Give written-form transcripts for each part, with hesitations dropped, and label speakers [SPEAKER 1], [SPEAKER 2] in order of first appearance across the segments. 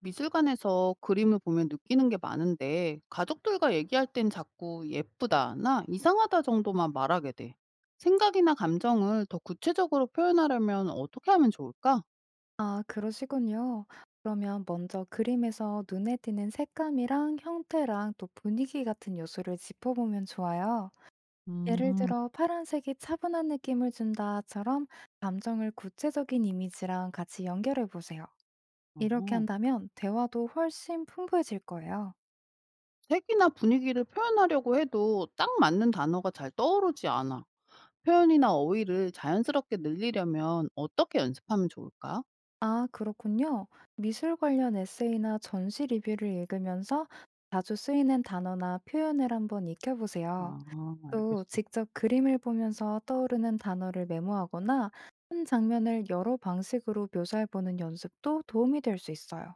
[SPEAKER 1] 미술관에서 그림을 보면 느끼는 게 많은데 가족들과 얘기할 땐 자꾸 예쁘다나 이상하다 정도만 말하게 돼. 생각이나 감정을 더 구체적으로 표현하려면 어떻게 하면 좋을까?
[SPEAKER 2] 아, 그러시군요. 그러면 먼저 그림에서 눈에 띄는 색감이랑 형태랑 또 분위기 같은 요소를 짚어보면 좋아요. 예를
[SPEAKER 1] 음,
[SPEAKER 2] 들어, 파란색이 차분한 느낌을 준다처럼 감정을 구체적인 이미지랑 같이 연결해 보세요. 이렇게
[SPEAKER 1] 어,
[SPEAKER 2] 한다면 대화도 훨씬 풍부해질 거예요.
[SPEAKER 1] 색이나 분위기를 표현하려고 해도 딱 맞는 단어가 잘 떠오르지 않아. 표현이나 어휘를 자연스럽게 늘리려면 어떻게 연습하면 좋을까?
[SPEAKER 2] 아, 그렇군요. 미술 관련 에세이나 전시 리뷰를 읽으면서 자주 쓰이는 단어나 표현을 한번 익혀보세요.
[SPEAKER 1] 아,
[SPEAKER 2] 또
[SPEAKER 1] 알겠어.
[SPEAKER 2] 직접 그림을 보면서 떠오르는 단어를 메모하거나 한 장면을 여러 방식으로 묘사해보는 연습도 도움이 될 수 있어요.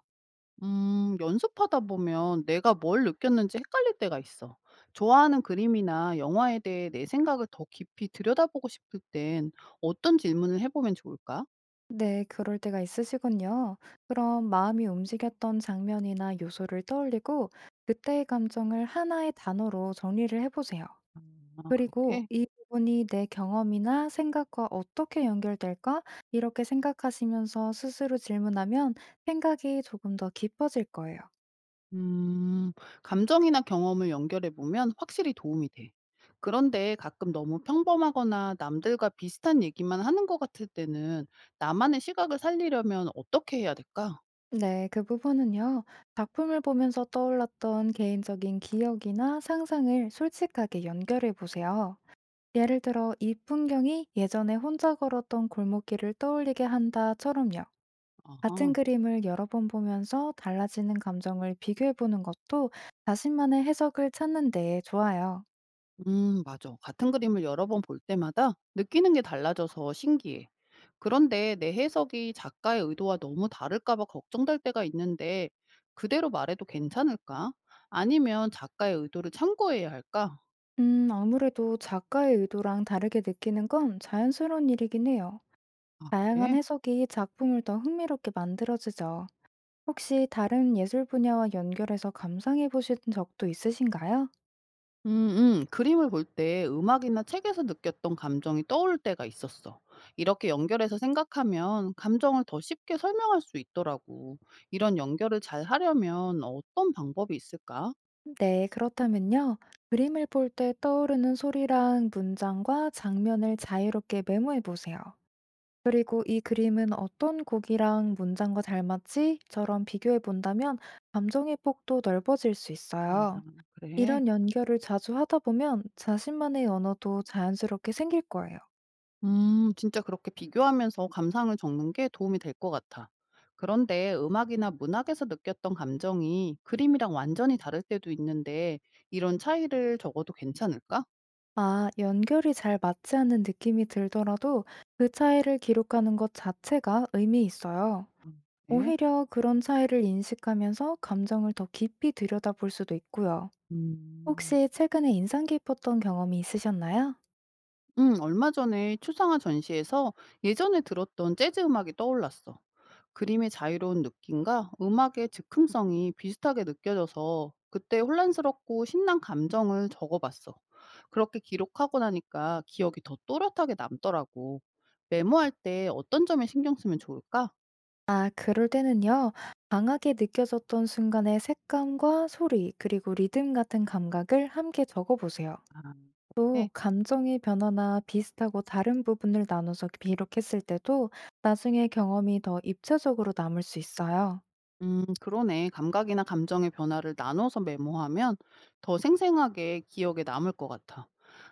[SPEAKER 1] 연습하다 보면 내가 뭘 느꼈는지 헷갈릴 때가 있어. 좋아하는 그림이나 영화에 대해 내 생각을 더 깊이 들여다보고 싶을 땐 어떤 질문을 해보면 좋을까?
[SPEAKER 2] 네, 그럴 때가 있으시군요. 그럼 마음이 움직였던 장면이나 요소를 떠올리고 그때의 감정을 하나의 단어로 정리를 해보세요.
[SPEAKER 1] 아,
[SPEAKER 2] 그리고
[SPEAKER 1] 그렇게?
[SPEAKER 2] 이 부분이 내 경험이나 생각과 어떻게 연결될까? 이렇게 생각하시면서 스스로 질문하면 생각이 조금 더 깊어질 거예요.
[SPEAKER 1] 음, 감정이나 경험을 연결해보면 확실히 도움이 돼. 그런데 가끔 너무 평범하거나 남들과 비슷한 얘기만 하는 것 같을 때는 나만의 시각을 살리려면 어떻게 해야 될까?
[SPEAKER 2] 네, 그 부분은요. 작품을 보면서 떠올랐던 개인적인 기억이나 상상을 솔직하게 연결해 보세요. 예를 들어, 이 풍경이 예전에 혼자 걸었던 골목길을 떠올리게 한다처럼요. 같은
[SPEAKER 1] 아하.
[SPEAKER 2] 그림을 여러 번 보면서 달라지는 감정을 비교해 보는 것도 자신만의 해석을 찾는 데 좋아요.
[SPEAKER 1] 맞아. 같은 그림을 여러 번 볼 때마다 느끼는 게 달라져서 신기해. 그런데 내 해석이 작가의 의도와 너무 다를까 봐 걱정될 때가 있는데 그대로 말해도 괜찮을까? 아니면 작가의 의도를 참고해야 할까?
[SPEAKER 2] 아무래도 작가의 의도랑 다르게 느끼는 건 자연스러운 일이긴 해요.
[SPEAKER 1] 아,
[SPEAKER 2] 다양한
[SPEAKER 1] 그래?
[SPEAKER 2] 해석이 작품을 더 흥미롭게 만들어지죠. 혹시 다른 예술 분야와 연결해서 감상해 보신 적도 있으신가요?
[SPEAKER 1] 그림을 볼 때 음악이나 책에서 느꼈던 감정이 떠올 때가 있었어. 이렇게 연결해서 생각하면 감정을 더 쉽게 설명할 수 있더라고. 이런 연결을 잘 하려면 어떤 방법이 있을까?
[SPEAKER 2] 네, 그렇다면요. 그림을 볼 때 떠오르는 소리랑 문장과 장면을 자유롭게 메모해 보세요. 그리고 이 그림은 어떤 곡이랑 문장과 닮았지?처럼 비교해 본다면 감정의 폭도 넓어질 수
[SPEAKER 1] 아,
[SPEAKER 2] 있어요.
[SPEAKER 1] 그래.
[SPEAKER 2] 이런 연결을 자주 하다 보면 자신만의 언어도 자연스럽게 생길 거예요.
[SPEAKER 1] 진짜 그렇게 비교하면서 감상을 적는 게 도움이 될 것 같아. 그런데 음악이나 문학에서 느꼈던 감정이 그림이랑 완전히 다를 때도 있는데 이런 차이를 적어도 괜찮을까?
[SPEAKER 2] 아, 연결이 잘 맞지 않는 느낌이 들더라도 그 차이를 기록하는 것 자체가 의미 있어요.
[SPEAKER 1] 음, 네.
[SPEAKER 2] 오히려 그런 차이를 인식하면서 감정을 더 깊이 들여다볼 수도 있고요.
[SPEAKER 1] 음.
[SPEAKER 2] 혹시 최근에 인상 깊었던 경험이 있으셨나요?
[SPEAKER 1] 얼마 전에 추상화 전시에서 예전에 들었던 재즈 음악이 떠올랐어. 그림의 자유로운 느낌과 음악의 즉흥성이 비슷하게 느껴져서 그때 혼란스럽고 신난 감정을 적어봤어. 그렇게 기록하고 나니까 기억이 더 또렷하게 남더라고. 메모할 때 어떤 점에 신경 쓰면 좋을까?
[SPEAKER 2] 아, 그럴 때는요. 강하게 느껴졌던 순간의 색감과 소리, 그리고 리듬 같은 감각을 함께 적어보세요.
[SPEAKER 1] 아,
[SPEAKER 2] 또
[SPEAKER 1] 네.
[SPEAKER 2] 감정의 변화나 비슷하고 다른 부분을 나눠서 기록했을 때도 나중에 경험이 더 입체적으로 남을 수 있어요.
[SPEAKER 1] 그러네. 감각이나 감정의 변화를 나눠서 메모하면 더 생생하게 기억에 남을 것 같아.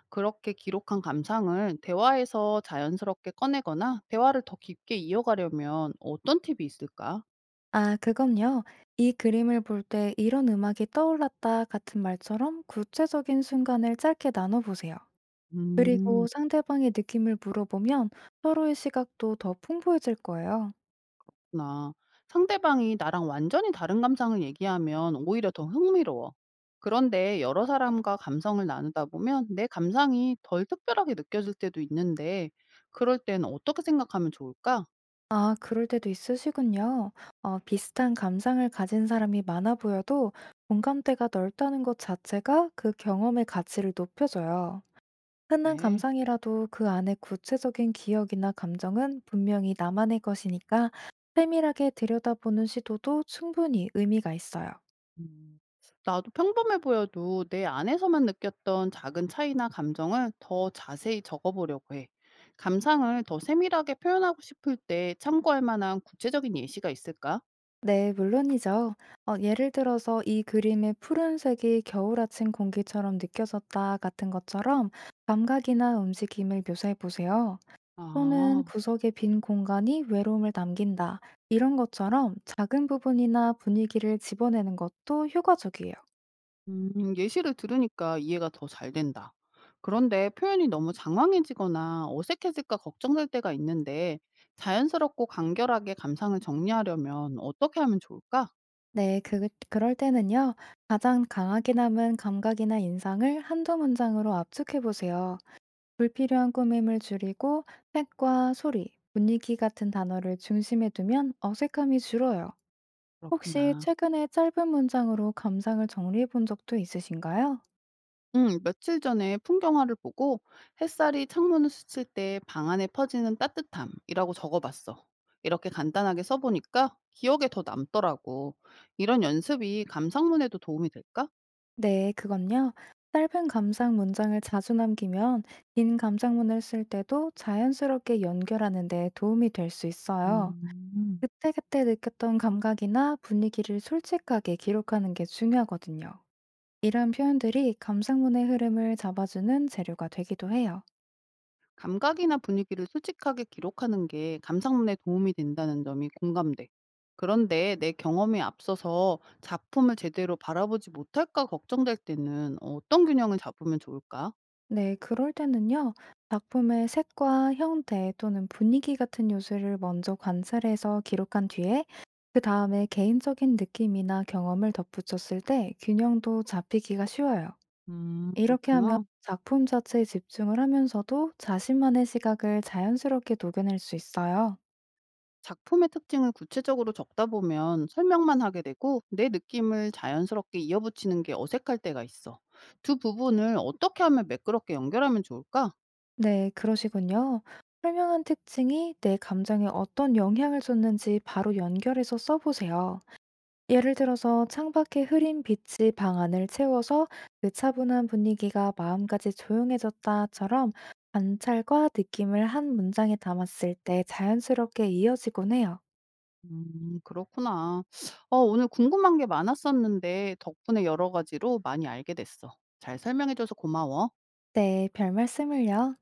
[SPEAKER 1] 그렇게 기록한 감상을 대화에서 자연스럽게 꺼내거나 대화를 더 깊게 이어가려면 어떤 팁이 있을까?
[SPEAKER 2] 아, 그건요. 이 그림을 볼 때 이런 음악이 떠올랐다 같은 말처럼 구체적인 순간을 짧게 나눠보세요. 그리고
[SPEAKER 1] 음,
[SPEAKER 2] 상대방의 느낌을 물어보면 서로의 시각도 더 풍부해질 거예요.
[SPEAKER 1] 나 상대방이 나랑 완전히 다른 감상을 얘기하면 오히려 더 흥미로워. 그런데 여러 사람과 감성을 나누다 보면 내 감상이 덜 특별하게 느껴질 때도 있는데 그럴 땐 어떻게 생각하면 좋을까?
[SPEAKER 2] 아, 그럴 때도 있으시군요. 비슷한 감상을 가진 사람이 많아 보여도 공감대가 넓다는 것 자체가 그 경험의 가치를 높여줘요. 흔한
[SPEAKER 1] 네.
[SPEAKER 2] 감상이라도 그 안에 구체적인 기억이나 감정은 분명히 나만의 것이니까 세밀하게 들여다보는 시도도 충분히 의미가 있어요.
[SPEAKER 1] 음. 나도 평범해 보여도 내 안에서만 느꼈던 작은 차이나 감정을 더 자세히 적어보려고 해. 감상을 더 세밀하게 표현하고 싶을 때 참고할 만한 구체적인 예시가 있을까?
[SPEAKER 2] 네, 물론이죠. 예를 들어서 이 그림의 푸른색이 겨울 아침 공기처럼 느껴졌다 같은 것처럼 감각이나 움직임을 묘사해 보세요. 또는
[SPEAKER 1] 아,
[SPEAKER 2] 구석의 빈 공간이 외로움을 남긴다. 이런 것처럼 작은 부분이나 분위기를 집어내는 것도 효과적이에요.
[SPEAKER 1] 예시를 들으니까 이해가 더 잘 된다. 그런데 표현이 너무 장황해지거나 어색해질까 걱정될 때가 있는데 자연스럽고 간결하게 감상을 정리하려면 어떻게 하면 좋을까?
[SPEAKER 2] 네, 그럴 때는요, 가장 강하게 남은 감각이나 인상을 한두 문장으로 압축해 보세요. 불필요한 꾸밈을 줄이고, 색과 소리, 분위기 같은 단어를 중심에 두면 어색함이 줄어요. 혹시
[SPEAKER 1] 그렇구나.
[SPEAKER 2] 최근에 짧은 문장으로 감상을 정리해 본 적도 있으신가요?
[SPEAKER 1] 며칠 전에 풍경화를 보고 햇살이 창문을 스칠 때 방 안에 퍼지는 따뜻함이라고 적어봤어. 이렇게 간단하게 써보니까 기억에 더 남더라고. 이런 연습이 감상문에도 도움이 될까?
[SPEAKER 2] 네, 그건요. 짧은 감상 문장을 자주 남기면 긴 감상문을 쓸 때도 자연스럽게 연결하는 데 도움이 될 수 있어요.
[SPEAKER 1] 음,
[SPEAKER 2] 그때그때 느꼈던 감각이나 분위기를 솔직하게 기록하는 게 중요하거든요. 이런 표현들이 감상문의 흐름을 잡아주는 재료가 되기도 해요.
[SPEAKER 1] 감각이나 분위기를 솔직하게 기록하는 게 감상문에 도움이 된다는 점이 공감돼. 그런데 내 경험에 앞서서 작품을 제대로 바라보지 못할까 걱정될 때는 어떤 균형을 잡으면 좋을까?
[SPEAKER 2] 네, 그럴 때는요, 작품의 색과 형태 또는 분위기 같은 요소를 먼저 관찰해서 기록한 뒤에, 그 다음에 개인적인 느낌이나 경험을 덧붙였을 때 균형도 잡히기가 쉬워요. 이렇게 하면
[SPEAKER 1] 그렇구나.
[SPEAKER 2] 작품 자체에 집중을 하면서도 자신만의 시각을 자연스럽게 녹여낼 수 있어요.
[SPEAKER 1] 작품의 특징을 구체적으로 적다 보면 설명만 하게 되고 내 느낌을 자연스럽게 이어붙이는 게 어색할 때가 있어. 두 부분을 어떻게 하면 매끄럽게 연결하면 좋을까?
[SPEAKER 2] 네, 그러시군요. 설명한 특징이 내 감정에 어떤 영향을 줬는지 바로 연결해서 써보세요. 예를 들어서 창밖에 흐린 빛이 방 안을 채워서 그 차분한 분위기가 마음까지 조용해졌다처럼 관찰과 느낌을 한 문장에 담았을 때 자연스럽게 이어지곤 해요.
[SPEAKER 1] 그렇구나. 오늘 궁금한 게 많았었는데 덕분에 여러 가지로 많이 알게 됐어. 잘 설명해줘서 고마워.
[SPEAKER 2] 네, 별 말씀을요.